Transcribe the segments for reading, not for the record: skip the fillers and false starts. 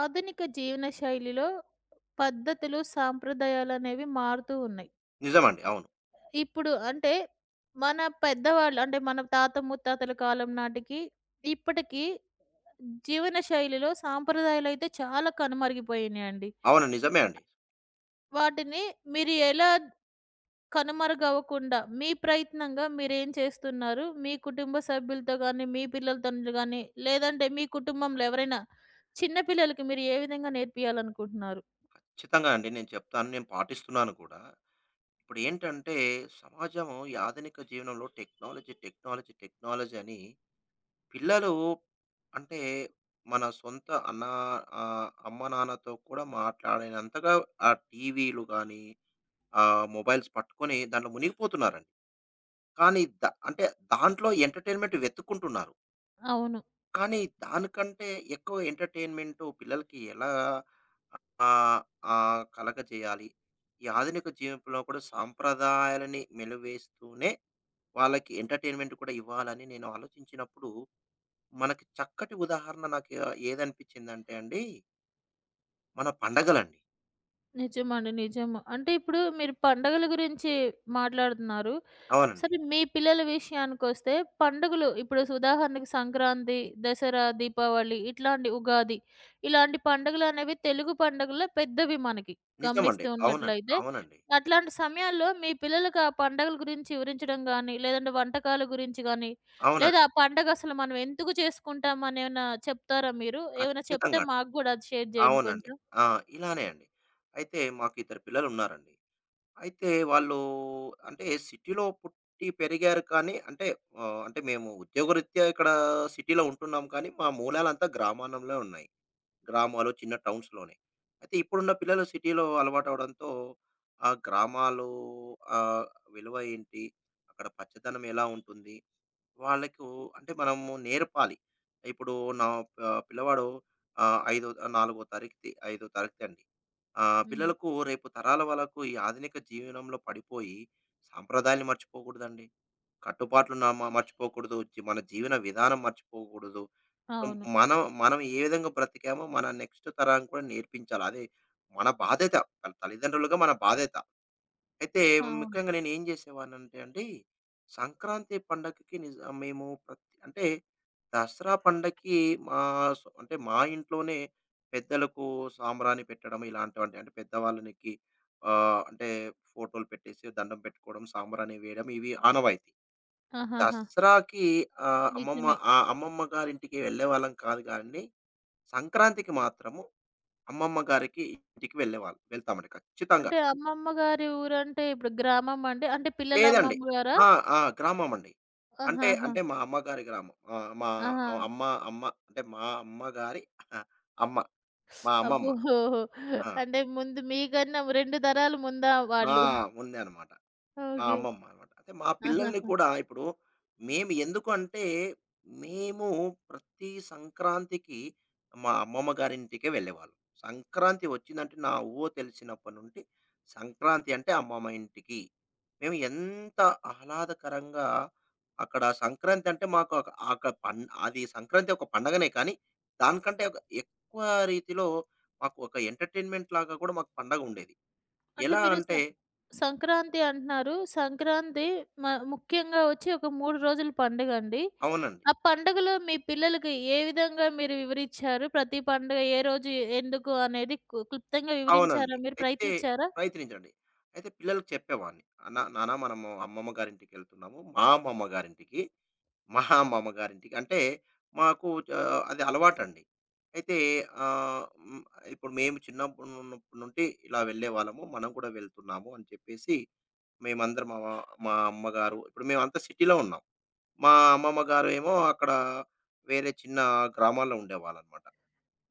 ఆధునిక జీవనశైలిలో పద్ధతులు, సాంప్రదాయాలనేవి మారుతూ ఉన్నాయి. నిజమండి. అవును. ఇప్పుడు అంటే మన పెద్దవాళ్ళు అంటే మన తాత ముత్తాతల కాలం నాటికి, ఇప్పటికి జీవనశైలిలో సాంప్రదాయాలైతే చాలా కనుమరుగైపోయినాయండి. అవును. నిజమే అండి. వాటిని మీరు ఎలా కనుమరుగవ్వకుండా మీ ప్రయత్నంగా మీరేం చేస్తున్నారు? మీ కుటుంబ సభ్యులతో గాని, మీ పిల్లలతోని గాని, లేదంటే మీ కుటుంబంలో ఎవరైనా చిన్న పిల్లలకి మీరు ఏ విధంగా నేర్పియాలనుకుంటున్నారు? ఖచ్చితంగా అండి. నేను చెప్తాను. నేను పాటిస్తున్నాను కూడా. ఇప్పుడు ఏంటంటే సమాజం ఈ ఆధునిక జీవనంలో టెక్నాలజీ, టెక్నాలజీ, టెక్నాలజీ అని పిల్లలు అంటే మన సొంత అన్న అమ్మ నాన్నతో కూడా మాట్లాడినంతగా ఆ టీవీలు గాని, మొబైల్స్ పట్టుకొని దాంట్లో మునిగిపోతున్నారండి. కానీ అంటే దాంట్లో ఎంటర్టైన్మెంట్ వెతుక్కుంటున్నారు. అవును. కానీ దానికంటే ఎక్కువ ఎంటర్‌టైన్‌మెంటు పిల్లలకి ఎలా ఆహ్, ఆహ్, కలగజేయాలి? ఈ ఆధునిక జీవితంలో కూడా సాంప్రదాయాలని మెలివేస్తూనే వాళ్ళకి ఎంటర్‌టైన్‌మెంట్ కూడా ఇవ్వాలని నేను ఆలోచించినప్పుడు, మనకి చక్కటి ఉదాహరణ నాకు ఏదనిపించిందంటే అండి, మన పండగలండి. నిజమండి. నిజము. అంటే ఇప్పుడు మీరు పండగల గురించి మాట్లాడుతున్నారు. అవునండి. సరే, మీ పిల్లల విషయానికొస్తే పండుగలు ఇప్పుడు ఉదాహరణకి సంక్రాంతి, దసరా, దీపావళి ఇట్లాంటి ఉగాది ఇలాంటి పండుగలనేవి తెలుగు పండుగల్లో పెద్దవి మనకి నిజమండి. గమనిస్తూ అవునండి. ఉన్నట్లయితే. అవునండి. అట్లాంటి సమయాల్లో మీ పిల్లలకి ఆ పండగల గురించి వివరించడం గానీ, లేదంటే వంటకాల గురించి గానీ, లేదా అవునండి. ఆ పండగ అసలు మనం ఎందుకు చేసుకుంటాం అని ఏమైనా చెప్తారా మీరు? ఏమైనా చెప్తే ఖచ్చితంగా అండి. మాకు గూడా అది షేర్ జేయండి అవునండి. కొంచెం. ఆ! ఇలానే అండి. అయితే మాకు ఇద్దరు పిల్లలున్నారండి. అయితే వాళ్ళు అంటే సిటీలో పుట్టి పెరిగారు కానీ అంటే అంటే మేము ఉద్యోగరీత్యా ఇక్కడ సిటీలో ఉంటున్నాం కానీ, మా మూలాలంతా గ్రామానంలో ఉన్నాయి. గ్రామాలు, చిన్న టౌన్స్‌లోనే. అయితే ఇప్పుడున్న పిల్లలు సిటీలో అలవాటవ్వడంతో ఆ గ్రామాలు ఆహ్, విలువ ఏంటి? అక్కడ పచ్చదనం ఎలా ఉంటుంది? వాళ్ళకు అంటే మనము నేర్పాలి. ఇప్పుడు నా ప పిల్లవాడు ఆహ్, ఐదో 4 తారీఖుది, 5 తారీఖుదండి. హ్మ్. పిల్లలకు రేపు తరాల వాళ్ళకు ఈ ఆధునిక జీవనంలో పడిపోయి సాంప్రదాయాలు మర్చిపోకూడదండి. కట్టుబాట్లు న మ మర్చిపోకూడదు. మన జీవన విధానం మర్చిపోకూడదు. సో, అవును. మనం మనం ఏ విధంగా బ్రతికామో మన నెక్స్ట్ తరానికి కూడా నేర్పించాలి. అదే మన బాధ్యత. తల్లిదండ్రులుగా మన బాధ్యత. అయితే అవును. ముఖ్యంగా నేను ఏం చేసేవాడినంటే అండి, సంక్రాంతి పండగకి మేము ప్రతి అంటే దసరా పండగకి మా అంటే మా ఇంట్లోనే పెద్దలకు సాంబ్రాణి పెట్టడం ఇలాంటివంటి అంటే పెద్దవాళ్ళనికి అంటే ఫోటోలు పెట్టేసి దండం పెట్టుకోవడం, సాంబ్రాణి వేయడం ఇవి ఆనవాయితీ. ఆహాహా! దసరాకి ఆహ్, అమ్మమ్మ నిజమే. అమ్మమ్మ గారింటికి వెళ్ళేవాళ్ళం కాదు గానీ, సంక్రాంతికి మాత్రము అమ్మమ్మ గారికి ఇంటికి వెళ్ళేవాళ్ళం. వెళ్తామండి ఖచ్చితంగా. అంటే అమ్మమ్మ గారి ఊరంటే ఇప్పుడు గ్రామం అండి? అంటే పిల్లల లేదండి. అమ్మమ్మ గారా? ఆ! ఆ! గ్రామమండి. అంటే, ఆహాహా! అంటే మా అమ్మగారి గ్రామం. ఆ! మా ఆహా! అమ్మ అమ్మ అంటే మా అమ్మగారి అమ్మ. మా అమ్మమ్మ. అబ్బో! ఆ! అంటే ముందు మీకన్నా 2 తరాలు ముందా ఆ! వాళ్ళు? ఉందనమాట. ఆ! ఓకే. అమ్మమ్మ అన్నమాట. అయితే మా పిల్లల్ని ఆహాహా! కూడా ఇప్పుడు మేము ఎందుకు అంటే, మేము ప్రతి సంక్రాంతికి మా అమ్మమ్మ గారింటికే వెళ్ళేవాళ్ళం. సంక్రాంతి వచ్చిందంటే నా ఊహ తెలిసినప్పటి నుండి సంక్రాంతి అంటే అమ్మమ్మ ఇంటికి. మేము ఎంత ఆహ్లాదకరంగా అక్కడ సంక్రాంతి అంటే మాకు ఒక అక పం అది సంక్రాంతి ఒక పండగనే కానీ, దానికంటే ఒక ఎక్కువ రీతిలో మాకు ఒక ఎంటర్‌టైన్‌మెంట్ లాగా కూడా మాకు పండగ ఉండేది. అంటే ఎలా మీరు అంటే సంక్రాంతి అంటున్నారు. సంక్రాంతి మ ముఖ్యంగా వచ్చి ఒక 3 రోజుల పండుగండి. అవునండి. ఆ పండుగలో మీ పిల్లలకి ఏ విధంగా మీరు వివరిచ్చారు? ప్రతి పండుగ ఏ రోజు ఎందుకు అనేది క్లుప్తంగా అవునండి. వివరించారా మీరు? అయితే ప్రయత్నించారా? ప్రయత్నించండి. అయితే పిల్లలకి చెప్పేవాడిని. "అన్న నాన్న మనము అమ్మమ్మ గారింటికెళ్తున్నాము. మా అమ్మమ్మ గారింటికి, మా అమ్మమ్మ గారింటికి" అంటే మాకు అది అలవాటండి. అయితే ఆహ్, హ్మ్, ఇప్పుడు మేము చిన్నప్పుడున్నప్పటి నుండి ఇలా వెళ్ళేవాళ్ళము. మనం కూడా వెళ్తున్నాము అని చెప్పేసి మేమందరం మా మా అమ్మగారు ఇప్పుడు మేమంతా సిటీలో ఉన్నాం. మా అమ్మమ్మ గారు ఏమో అక్కడ వేరే చిన్న గ్రామాల్లో ఉండేవాళ్ళనమాట.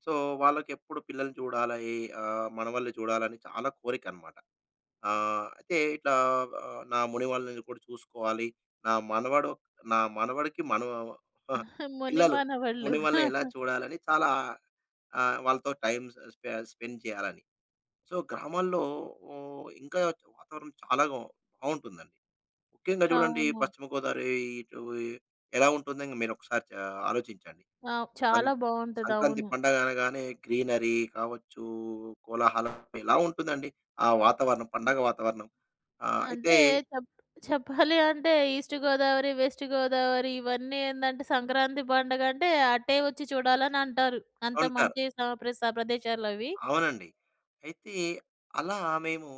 సో, వాళ్ళకెప్పుడు పిల్లల్ని చూడాలి, మనవల్ని చూడాలని చాలా కోరికనమాట. అయితే ఇట్లా నా మునివళ్ళని కూడా చూసుకోవాలి. నా మనవడు నా మనవడికి మనవ ముని పిల్లలు మనవళ్ళు. మునివళ్ళని ఎలా చూడాలని చాలా వాళ్ళతో టైమ్ స్ స్పె స్పెండ్ చేయాలని. సో, గ్రామాల్లో ఇంకా వాతావరణం చాలా బావుంటుందండి. ముఖ్యంగా చూడండి అవును. పశ్చిమ గోదావరి ఇటు ఎలా ఉంటుందో మీరొకసారి ఆలోచించండి. ఆవ్, సం చాలా బావుంటది. సంక్రాంతి అవును. పండగ అనగానే గ్రీనరీ కావచ్చు, కోలాహలం ఎలా ఉంటుందండి. ఆ వాతావరణం, పండగ వాతావరణం. అయితే అంటే చెప్ చెప్పాలి అంటే ఈస్ట్ గోదావరి, వెస్ట్ గోదావరి ఇవన్నీ ఏందంటే సంక్రాంతి పండగంటే అటే వచ్చి చూడాలని అంటారు. అంత ఉంటారు. మంచి ప్రదేశాలవి. అవునండి. అయితే అలా మేము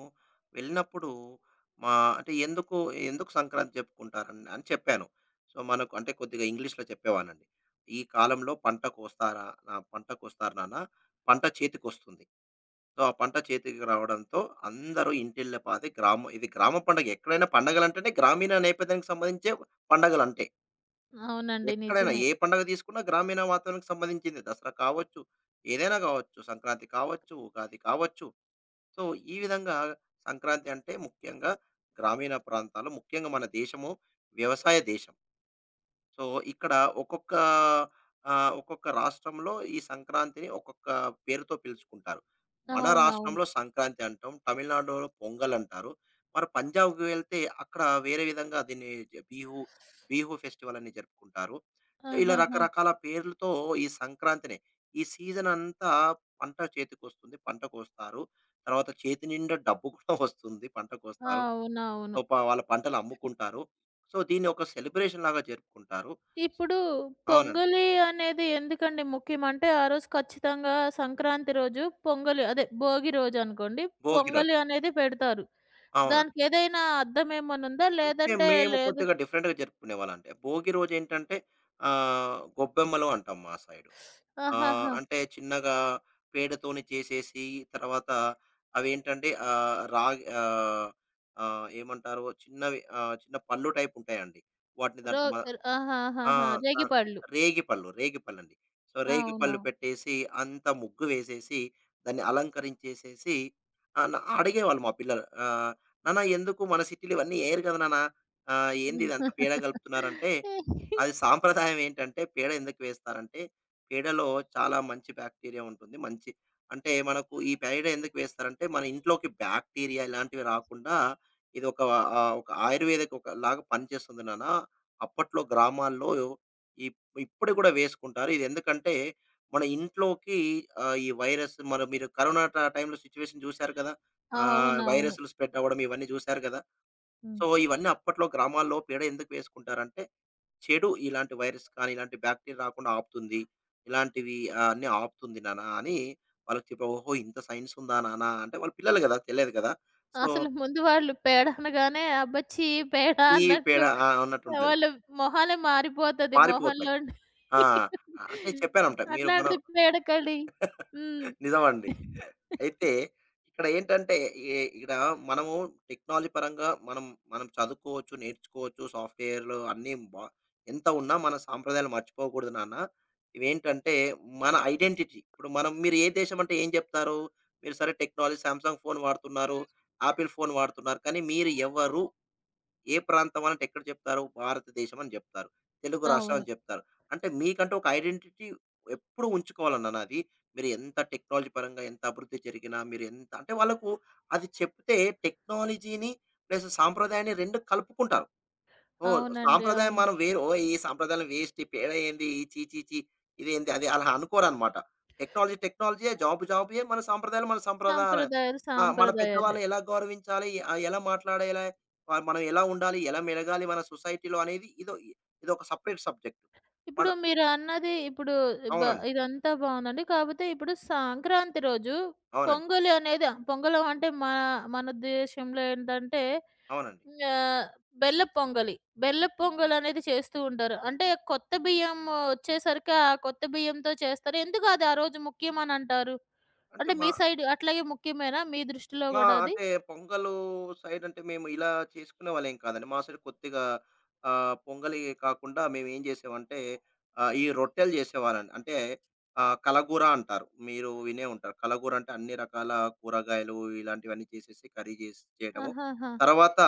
వెళ్ళినప్పుడు మా అంటే ఎందుకు సంక్రాంతి జరుపుకుంటారని అని చెప్పాను. సో, మనకు అంటే కొద్దిగా ఇంగ్లీష్‌లో చెప్పేవాడినండి. ఈ కాలంలో పంట కోస్తారా పంట కోస్తారు నాన్న, పంట చేతికొస్తుంది. సో, ఆ పంట చేతికి రావడంతో అందరూ ఇంటిల్లపాది గ్రామం ఇది గ్రామ పండగ. ఎక్కడైనా పండగలంటేనే గ్రామీణ నేపథ్యానికి సంబంధించే పండగలంటే. అవునండి. ఎక్కడైనా నిజమే. ఏ పండగ తీసుకున్నా గ్రామీణ వాతావరణానికి సంబంధించింది. దసరా కావచ్చు, ఏదైనా కావచ్చు, సంక్రాంతి కావచ్చు, ఉగాది కావచ్చు. సో, ఈ విధంగా సంక్రాంతి అంటే ముఖ్యంగా గ్రామీణ ప్రాంతాలు, ముఖ్యంగా మన దేశము వ్యవసాయ దేశం. సో, ఇక్కడ ఒక్కొక్క ఒక్కొక్క రాష్ట్రంలో ఈ సంక్రాంతిని ఒక్కొక్క పేరుతో పిలుచుకుంటారు. మన అవునవును. రాష్ట్రంలో సంక్రాంతి అంటాం. తమిళనాడులో పొంగల్ అంటారు. మరి పంజాబ్‌కి వెళ్తే అక్కడ వేరే విధంగా దీన్ని బిహు, బిహు ఫెస్టివల్ అని జరుపుకుంటారు. సో, ఇలా ఆహాహా! రకరకాల పేర్లతో ఈ సంక్రాంతిని ఈ సీజన్ అంతా పంట చేతికొస్తుంది. పంట కోస్తారు. తర్వాత చేతి నిండా డబ్బు కూడా వస్తుంది. పంట కోస్తారు. సో, అవునవును. వాళ్ళ పంటలు అమ్ముకుంటారు. సో, దీన్ని ఒక సెలబ్రేషన్ లాగా జరుపుకుంటారు. ఇప్పుడు అవునండి. పొంగలి అనేది ఎందుకండి ముఖ్యం అంటే, ఆ రోజు ఖచ్చితంగా సంక్రాంతి రోజు పొంగలి అదే భోగి రోజు అనుకోండి. భోగి రోజు. పొంగలి అనేది పెడతారు. అవును. దానికేదైనా అర్థం ఏమన్నుందా? అంటే లేదంటే మేము లేదు. కొద్దిగా డిఫరెంట్‌గా జరుపుకునేవాళ్ళం అంటే, భోగి రోజేంటంటే గొబ్బెమ్మలు అంటాం మా సైడు. ఆహాహా! అంటే చిన్నగా పేడతోని చేసేసి తర్వాత అవేంటంటే రాగి ఆహ్, ఆహ్, ఏమంటారు చిన్నవి చిన్న పళ్ళు టైప్ ఉంటాయండి. వాటిని రో దాంట్లో ఆ! ఆహాహాహా! ఆ! రేగిపళ్ళు. రేగిపళ్ళు, రేగిపళ్ళండి. సో, అవునవును. రేగిపళ్ళు పెట్టేసి అంతా ముగ్గు వేసేసి, దాన్ని అలంకరించేసేసి ఆహ్, న అడిగేవాళ్ళు మా పిల్లలు. "నాన్న ఎందుకు మన సిటీలో ఇవన్నీ ఎయరు కదా నాన్న. ఏంది ఇదంతా పేడ కలుపుతున్నారంటే" అది సాంప్రదాయం ఏంటంటే పేడ ఎందుకు వేస్తారంటే, పేడలో చాలా మంచి బాక్టీరియా ఉంటుంది. మంచి అంటే మనకు ఈ పేడ ఎందుకు వేస్తారంటే, మన ఇంట్లోకి బాక్టీరియా ఇలాంటివి రాకుండా, ఇది ఒక ఒక ఆయుర్వేదిక్ ఒకలాగా పనిచేస్తుంది నాన్న. అప్పట్లో గ్రామాల్లో ఇప్ ఇప్పటికి కూడా వేసుకుంటారు. ఇది ఎందుకంటే మన ఇంట్లోకి ఈ వైరస్ మరి మీరు కరోనా టైమ్‌లో సిట్యుయేషన్ చూసారు కదా! అవునవును. వైరస్‌లు స్ప్రెడ్ అవ్వడం ఇవన్నీ చూసారు కదా! హ్మ్. సో, ఇవన్నీ అప్పట్లో గ్రామాల్లో పీడ ఎందుకు వేసుకుంటారంటే, చెడు ఇలాంటి వైరస్ కానీ, ఇలాంటి బ్యాక్టీరియా రాకుండా ఆపుతుంది. ఇలాంటివి అన్నీ ఆపుతుంది నాన్న అని వాళ్ళకి చెప్పా. "ఓహో! ఇంత సైన్స్ ఉందా నాన్న" అంటే వాళ్ళు పిల్లలు కదా! తెలియదు కదా! సో, అసలు ముందు వాళ్ళు పేడ అనగానే అబ్బచ్చి! పేడ ఈ పేడ అన్నట్లు ఆ! అన్నట్టుంటది. వాళ్ళు మొహాలే మారిపోతది. మారిపోతాయి. మొహంలోని ఆ! అంటే చెప్పానమాట. మీరు మనం అట్లాంటిది పేడ కళి. హ్మ్. నిజమండి. అయితే ఇక్కడ ఏంటంటే ఇక్కడ మనము టెక్నాలజీ పరంగా మనం మనం చదువుకోవచ్చు, నేర్చుకోవచ్చు. సాఫ్ట్‌వేర్‌లు అన్నీ ఎంత ఉన్నా మన సాంప్రదాయాలు మర్చిపోకూడదు నాన్న. ఇవేంటంటే మన ఐడెంటిటీ. ఇప్పుడు మనం మీరు ఏ దేశం అంటే ఏం చెప్తారు? మీరు సరే టెక్నాలజీ సామ్‌సంగ్ ఫోన్ వాడుతున్నారు, ఆపిల్ ఫోన్ వాడుతున్నారు. కానీ మీరు ఎవరు? ఏ ప్రాంతం అనంటే ఎక్కడ చెప్తారు? భారతదేశం అని జెప్తారు. తెలుగు రాష్ట్రం అని అవును. జెప్తారు. అంటే మీకంటూ ఒక ఐడెంటిటీ ఎప్పుడూ ఉంచుకోవాలన్నానా అది? మీరు ఎంత టెక్నాలజీ పరంగా ఎంత అభివృద్ధి జరిగినా, మీరు ఎంత అంటే వాళ్ళకు అది చెప్తే టెక్నాలజీని ప్లస్ సాంప్రదాయాన్ని 2 కలుపుకుంటారు. ఓహ్! అవునండి. సాంప్రదాయం అవును. మనం వేరు. ఓహ్! ఈ సాంప్రదాయం వేస్ట్. ఈ పేడ ఏంది? ఈ ఛీ ఛీ ఛీ ఇదేంది? అది అలా అనుకోరనమాట. టెక్నాలజీ టెక్నాలజీయే, జాబ్ జాబే, మన సాంప్రదాయాలు మన సంప్రదాయాలే. సాంప్రదాయాలు, ఆ! మన సాంప్రదాయాలే. పెద్దవాళ్ళని ఎలా గౌరవించాలి? ఎలా మాట్లాడేలా మనం ఎలా ఉండాలి? ఎలా మెలగాలి మన సొసైటీలో అనేది ఇదొక సెపరేట్ సబ్జెక్ట్. మన ఇప్పుడు మీరు అన్నది ఇప్పుడు బ అవునండి. ఇదంతా బావుందండి. కాపోతే ఇప్పుడు సంక్రాంతి రోజు అవునండి. పొంగలి అనేది పొంగలం అంటే మన దేశంలో ఏంటంటే అవునండి. ఆహ్, బెల్లపు పొంగలి. బెల్లపు పొంగలనేది చేస్తూ ఉంటారు. అంటే కొత్త బియ్యం వచ్చేసరికి ఆ కొత్త బియ్యంతో చేస్తారు. ఎందుకు అది ఆ రోజు ముఖ్యమనంటారు? అంటే అంటే మా మీ సైడ్ అట్లాగే ముఖ్యమేనా మీ దృష్టిలో మా గూడా అది? అంటే పొంగలు సైడ్ అంటే మేము ఇలా చేసుకునేవాళ్ళేం కాదండి. మా సైడ్ కొద్దిగా పొంగలి కాకుండా మేమేం చేసామంటే ఈ రొట్టెలు చేసేవాళ్ళండి. అంటే కలగూర అంటారు. మీరు వినే ఉంటారు. కలగూర అంటే అన్ని రకాల కూరగాయలు ఇలాంటివన్నీ చేసేసి కర్రీ చేసి చేయడము. ఆహాహా! తర్వాత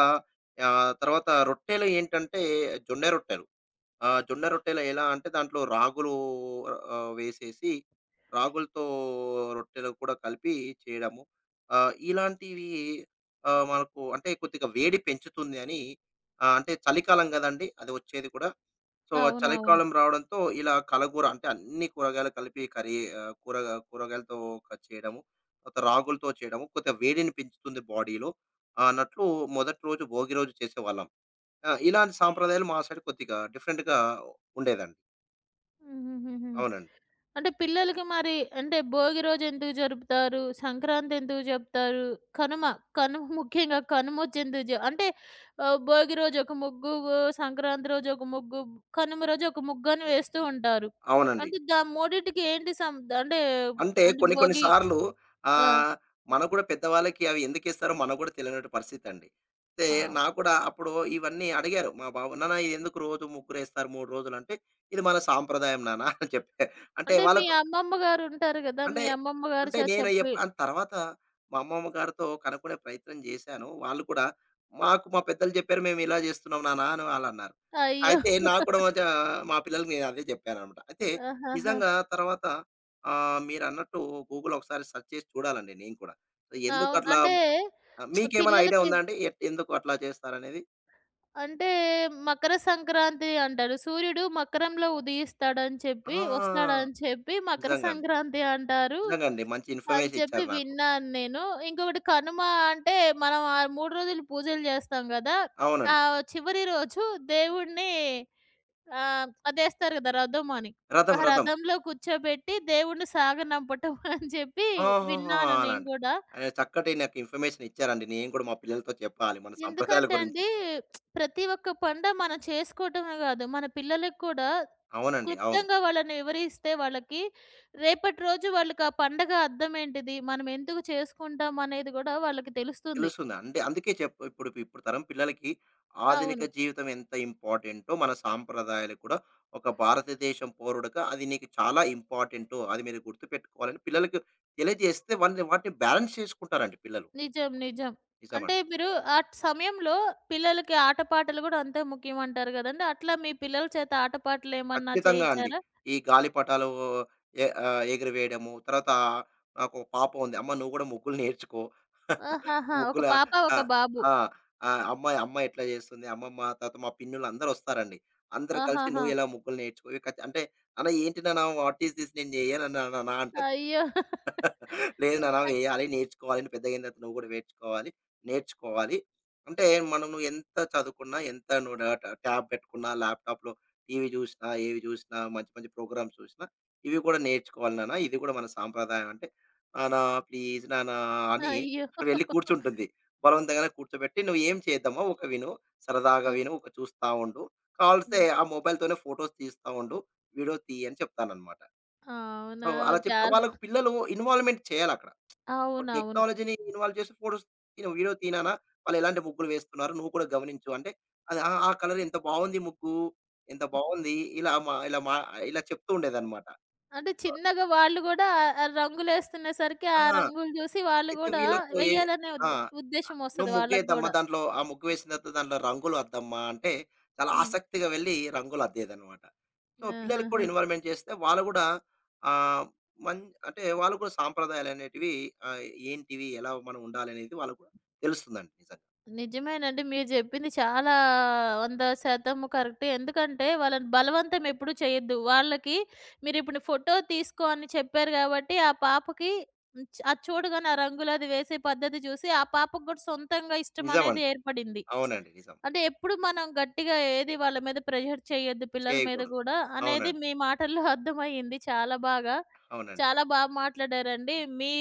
తర్వాత రొట్టెలు ఏంటంటే జొన్న రొట్టెలు. ఆ! జొన్న రొట్టెలు ఎలా అంటే దాంట్లో రాగులు వేసేసి రాగులతో రొట్టెలు కూడా కలిపి చేయడము. ఇలాంటివి మనకు అంటే కొద్దిగా వేడి పెంచుతుంది అని అంటే చలికాలం గదండీ! అది వచ్చేది కూడా. సో, ఆ అవునవును. చలికాలం రావడంతో ఇలా కలగూర అంటే అన్ని కూరగాయలు కలిపి కర్రీ ఆహ్, కూరగా కూరగాయలతో చేయడము. తర్వాత రాగులతో చేయడము. కొద్దిగా వేడిని పెంచుతుంది బాడీలో అన్నట్లు మొదటి రోజు భోగి రోజు చేసేవాళ్ళం. ఆ! ఇలాంటి సాంప్రదాయాలు మా సైడ్ కొద్దిగా డిఫరెంట్‌గా ఉండేదండి. హుహుహుహు. అవునండి. అంటే పిల్లలకి మరి అంటే భోగి రోజు ఎందుకు జరుపుతారు? సంక్రాంతి ఎందుకు జరుపుతారు? కనుమ కనుమ ముఖ్యంగా కనుమొచ్చి ఎందుకు అంటే భోగి రోజు ఒక ముగ్గు, సంక్రాంతి రోజు ఒక ముగ్గు, కనుమ రోజు ఒక ముగ్గు అని వేస్తూ ఉంటారు. అవునండి. అంటే దా మూడిటికి ఏంటి అంటే అంటే అంటే కొన్ని కొన్ని భోగి సార్లు ఆ! ఆహ్, మనకు కూడా పెద్దవాళ్ళకి అవి ఎందుకేస్తారో మనకు కూడా తెలియనటువంటి పరిస్థితండి. అయితే ఆ! నాకు కూడా అప్పుడు ఇవన్నీ అడిగారు మా బాబు, "నాన్న ఇదెందుకు రోజు ముగ్గురేస్తారు 3 రోజులు" అంటే, "ఇది మన సాంప్రదాయం నాన్న" అని చెప్పా. అంటే అంటే మీ వాళ్ళకు అమ్మమ్మ గారు ఉంటారు గదా! అంటే, మీ అమ్మమ్మ గారు అంటే నేను చెప్పి ఆ తర్వాత మా అమ్మమ్మ గారితో కనుక్కునే ప్రయత్నం జేశాను. వాళ్ళు కూడా మాకు మా పెద్దలు జెప్పారు. మేము ఇలా జేస్తున్నాం నాన్న అని వాళ్ళన్నారు. అయ్యో! అయితే నాకు కూడా మధ్య మా పిల్లలకి నేను అదే జెప్పాననమాట. అయితే ఆహాహా! నిజంగా తర్వాత మీరన్నట్టు గూగుల్ ఒకసారి సెర్చ్ చేసి చూడాలండి నేను కూడా. అవును. ఎందుకట్లా అంటే మీకేమైనా ఐడియా పిల్లలకి ఉందా అండి? ఎందుకు అట్లా చేస్తారనేది? అంటే మకర సంక్రాంతి అంటారు. సూర్యుడు మకరంలో ఉదయిస్తాడని చెప్పి ఆ! వస్తాడని చెప్పి మకర నిజంగా అండి. సంక్రాంతి అంటారు నిజంగా అండి. మంచి అని ఇన్ఫర్మేషన్ చెప్పి ఇచ్చారు నాకు. విన్నాను నేను. ఇంకొకటి కనుమ అంటే మనం ఆ 3 రోజులు పూజలు చేస్తాం గదా! ఆ అవునండి. చివరి రోజు దేవుడిని అదేస్తారు గదా! రథం అని. రథం, ఆ రథం. రథంలో కూర్చోబెట్టి దేవుడిని సాగనంపటం అని చెప్పి ఆహాహా! విన్నాను నేను అలాంటి గూడా. చక్కటి నాకు ఇన్ఫర్మేషన్ ఇచ్చారండి. నేను కూడా మా పిల్లలతో చెప్పాలి మన సంప్రదాయాల ఎందుకంటే గురించి. అండి ప్రతి ఒక్క పండగ మనం చేసుకోవటమే గాదు, మన పిల్లలకి కూడా అవునండి. అవును. క్లుప్తంగా వాళ్ళని వివరిస్తే వాళ్ళకి, రేపటి రోజు వాళ్ళకి ఆ పండగ అర్థం ఏంటిది? మనం ఎందుకు చేసుకుంటాం అనేది గూడా వాళ్ళకి తెలుస్తుంది. తెలుస్తుంది. అంటే అందుకే చెప్పు ఇప్పుడు ఇప్పుడు తరం పిల్లలకి ఆధునిక అవును. జీవితం ఎంత ఇంపార్టెంటో మన సాంప్రదాయాలు కూడా ఒక భారతదేశం పౌరుడుగా అది నీకు చాలా ఇంపార్టెంటు. అది మీరు గుర్తుపెట్టుకోవాలని పిల్లలకి తెలియజేస్తే వాళ్ళని వాటిని బ్యాలెన్స్ చేసుకుంటారండి పిల్లలు. నిజం. నిజం. అంటే నిజమండి. మీరు ఆ సమయంలో పిల్లలకి ఆటపాటలు గూడా అంతే ముఖ్యం అంటారు గదండీ! అట్లా మీ పిల్లల చేత ఆటపాటలు ఏమన్నా ఖచ్చితంగా అండి. చేయించారా? ఈ గాలిపటాలు ఎగిరివేయడము, తర్వాత నాకొక పాప ఉంది. అమ్మ నువ్వు గూడా ముగ్గులు నేర్చుకో. ఆహాహా! ఒక ముగ్గుల పాప, ఆ! ఒక బాబు. ఆ! ఆ! అమ్మాయి అమ్మ ఎట్లా జేస్తుంది, అమ్మమ్మ తర్వాత మా పిన్నులందరొస్తారండి. అందరూ వస్తారండి, అందరు కలిసి ఆహాహా! నువ్వు ఎలా ముగ్గులు నేర్చుకో. ఇవి అంటే, "నాన్న ఏంటి నాన్న వాట్ ఈస్ దిస్ నేను జేయను" నాన్న అంటది. అయ్యో! లేదు నాన్న ఇంకా వేయాలి, నేర్చుకోవాలి. నువ్వు పెద్దగయిన తర్వాత నువ్వు గూడా నేర్చుకోవాలి. నేర్చుకోవాలి. అంటే మనం నువ్వు ఎంత చదువుకున్నా, ఎంత నువ్వు డ ట ట్యాబ్ పెట్టుకున్నా, ల్యాప్‌టాప్‌లో టీవీ జూసినా, ఏవి జూసినా, మంచి మంచి ప్రోగ్రామ్స్ చూసినా, ఇవి కూడా నేర్చుకోవాలి నాన్న. ఇది కూడా మన సాంప్రదాయం అంటే, నాన్న ప్లీజ్ నాన్న అని అయ్యో! వెళ్ళి కూర్చుంటుంది. బలవంతంగానే కూర్చోబెట్టి నువ్వు ఏం చేద్దమ్మా ఒక విను, సరదాగా ఆ! విను, ఒక చూస్తా ఉండు. కావాలిస్తే హ్మ్. ఆ మొబైల్‌తోనే ఫోటోస్ తీస్తా ఉండు. వీడియోస్ తీయి అని చెప్తాననమాట. సో, అవునా! అలా చాలా చెప్తే వాళ్ళకు పిల్లలు ఇన్వాల్వ్‌మెంట్ చేయాలక్కడ. ఇప్పుడు అవునవును. టెక్నాలజీని ఇన్వాల్వ్ చేసి ఫోటోస్ తిను వీడియో తినానా? వాళ్ళెలాంటి ముగ్గులు వేస్తున్నారు? నువ్వు కూడా గమనించు. అంటే అది ఆ! ఆ కలర్ ఎంత బావుంది ముగ్గు. ఎంత బావుంది. ఇలా మా ఇలా మా ఇలా చెప్తూ ఉండేదన్నమాట. అంటే చిన్నగా వాళ్ళు గూడా ఆహ్, ఆహ్, రంగులేస్తునేసరికి ఆ! ఆ రంగులు జూసి వాళ్ళు అయితే గూడా వీళ్ళకు వెయ్యాలనే ఆ! ఉద్దేశ్యం "నువ్వు వస్తది వాళ్ళకి ముగ్గేద్దమ్మా. గూడా. దాంట్లో ఆ ముగ్గు వేసిన తర్వాత దాంట్లో రంగులు అద్దమ్మా" అంటే చాలా హ్మ్. ఆసక్తిగా వెళ్లి రంగులు అద్దేదన్నమాట. సో, పిల్లలకి కూడా ఆహాహా! ఇన్వాల్వ్‌మెంట్ చేస్తే వాళ్ళు కూడా ఆహ్, మన్ అంటే వాళ్ళు కూడా సాంప్రదాయాలనేటివి ఆహ్, ఏంటివి? ఎలా మనం ఉండాలనేది వాళ్ళకి కూడా తెలుస్తుందండి నిజంగా. నిజమేనండి. మీరు జెప్పింది చాలా 100% కరెక్టే. ఎందుకంటే వాళ్ళని బలవంతం ఎప్పుడు చేయొద్దు. వాళ్ళకి మీరిప్పుడు ఫోటో తీసుకో అని చెప్పారు గాబట్టి ఆ పాపకి హ్మ్. అది చూడగానే ఆ రంగులది వేసే పద్ధతి జూసి ఆ పాపకు గూడా సొంతంగా ఇష్టమనేది నిజమండి. ఏర్పడింది. అవునండి. నిజం. అంటే ఎప్పుడు మనం గట్టిగా ఏది వాళ్ళ మీద ప్రెషర్ చేయొద్దు పిల్లల మీద చేయకూడదు. గూడా అనేది అవునండి. మీ మాటల్లో అర్థమయ్యింది చాలా బాగా. అవునండి. చాలా బా మాట్లాడారండి. మీ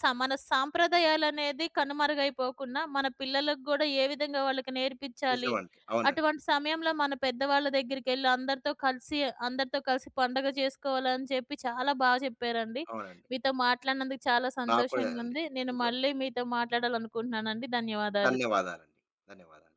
మన సాంప్రదాయాలనేది కనుమరుగైపోకుండా మన పిల్లలకు గూడా ఏ విధంగా వాళ్ళకి నేర్పించాలి. నిజమండి. అవునండి. అటువంటి సమయంలో మన పెద్దవాళ్ళ దగ్గరికెళ్ళి అందరితో కలిసి అందరితో కలిసి పండగ చేసుకోవాలని చెప్పి చాలా బా చెప్పారండి. అవునండి. మీతో మాట్లాడినందుకు చాలా నాకు కూడా అండి. సంతోషంగుంది. నేను ఇంకో మళ్ళీ మీతో మాట్లాడాలనుకుంటున్నానండి. ధన్యవాదాలు. ధన్యవాదాలండి. ధన్యవాదాలు.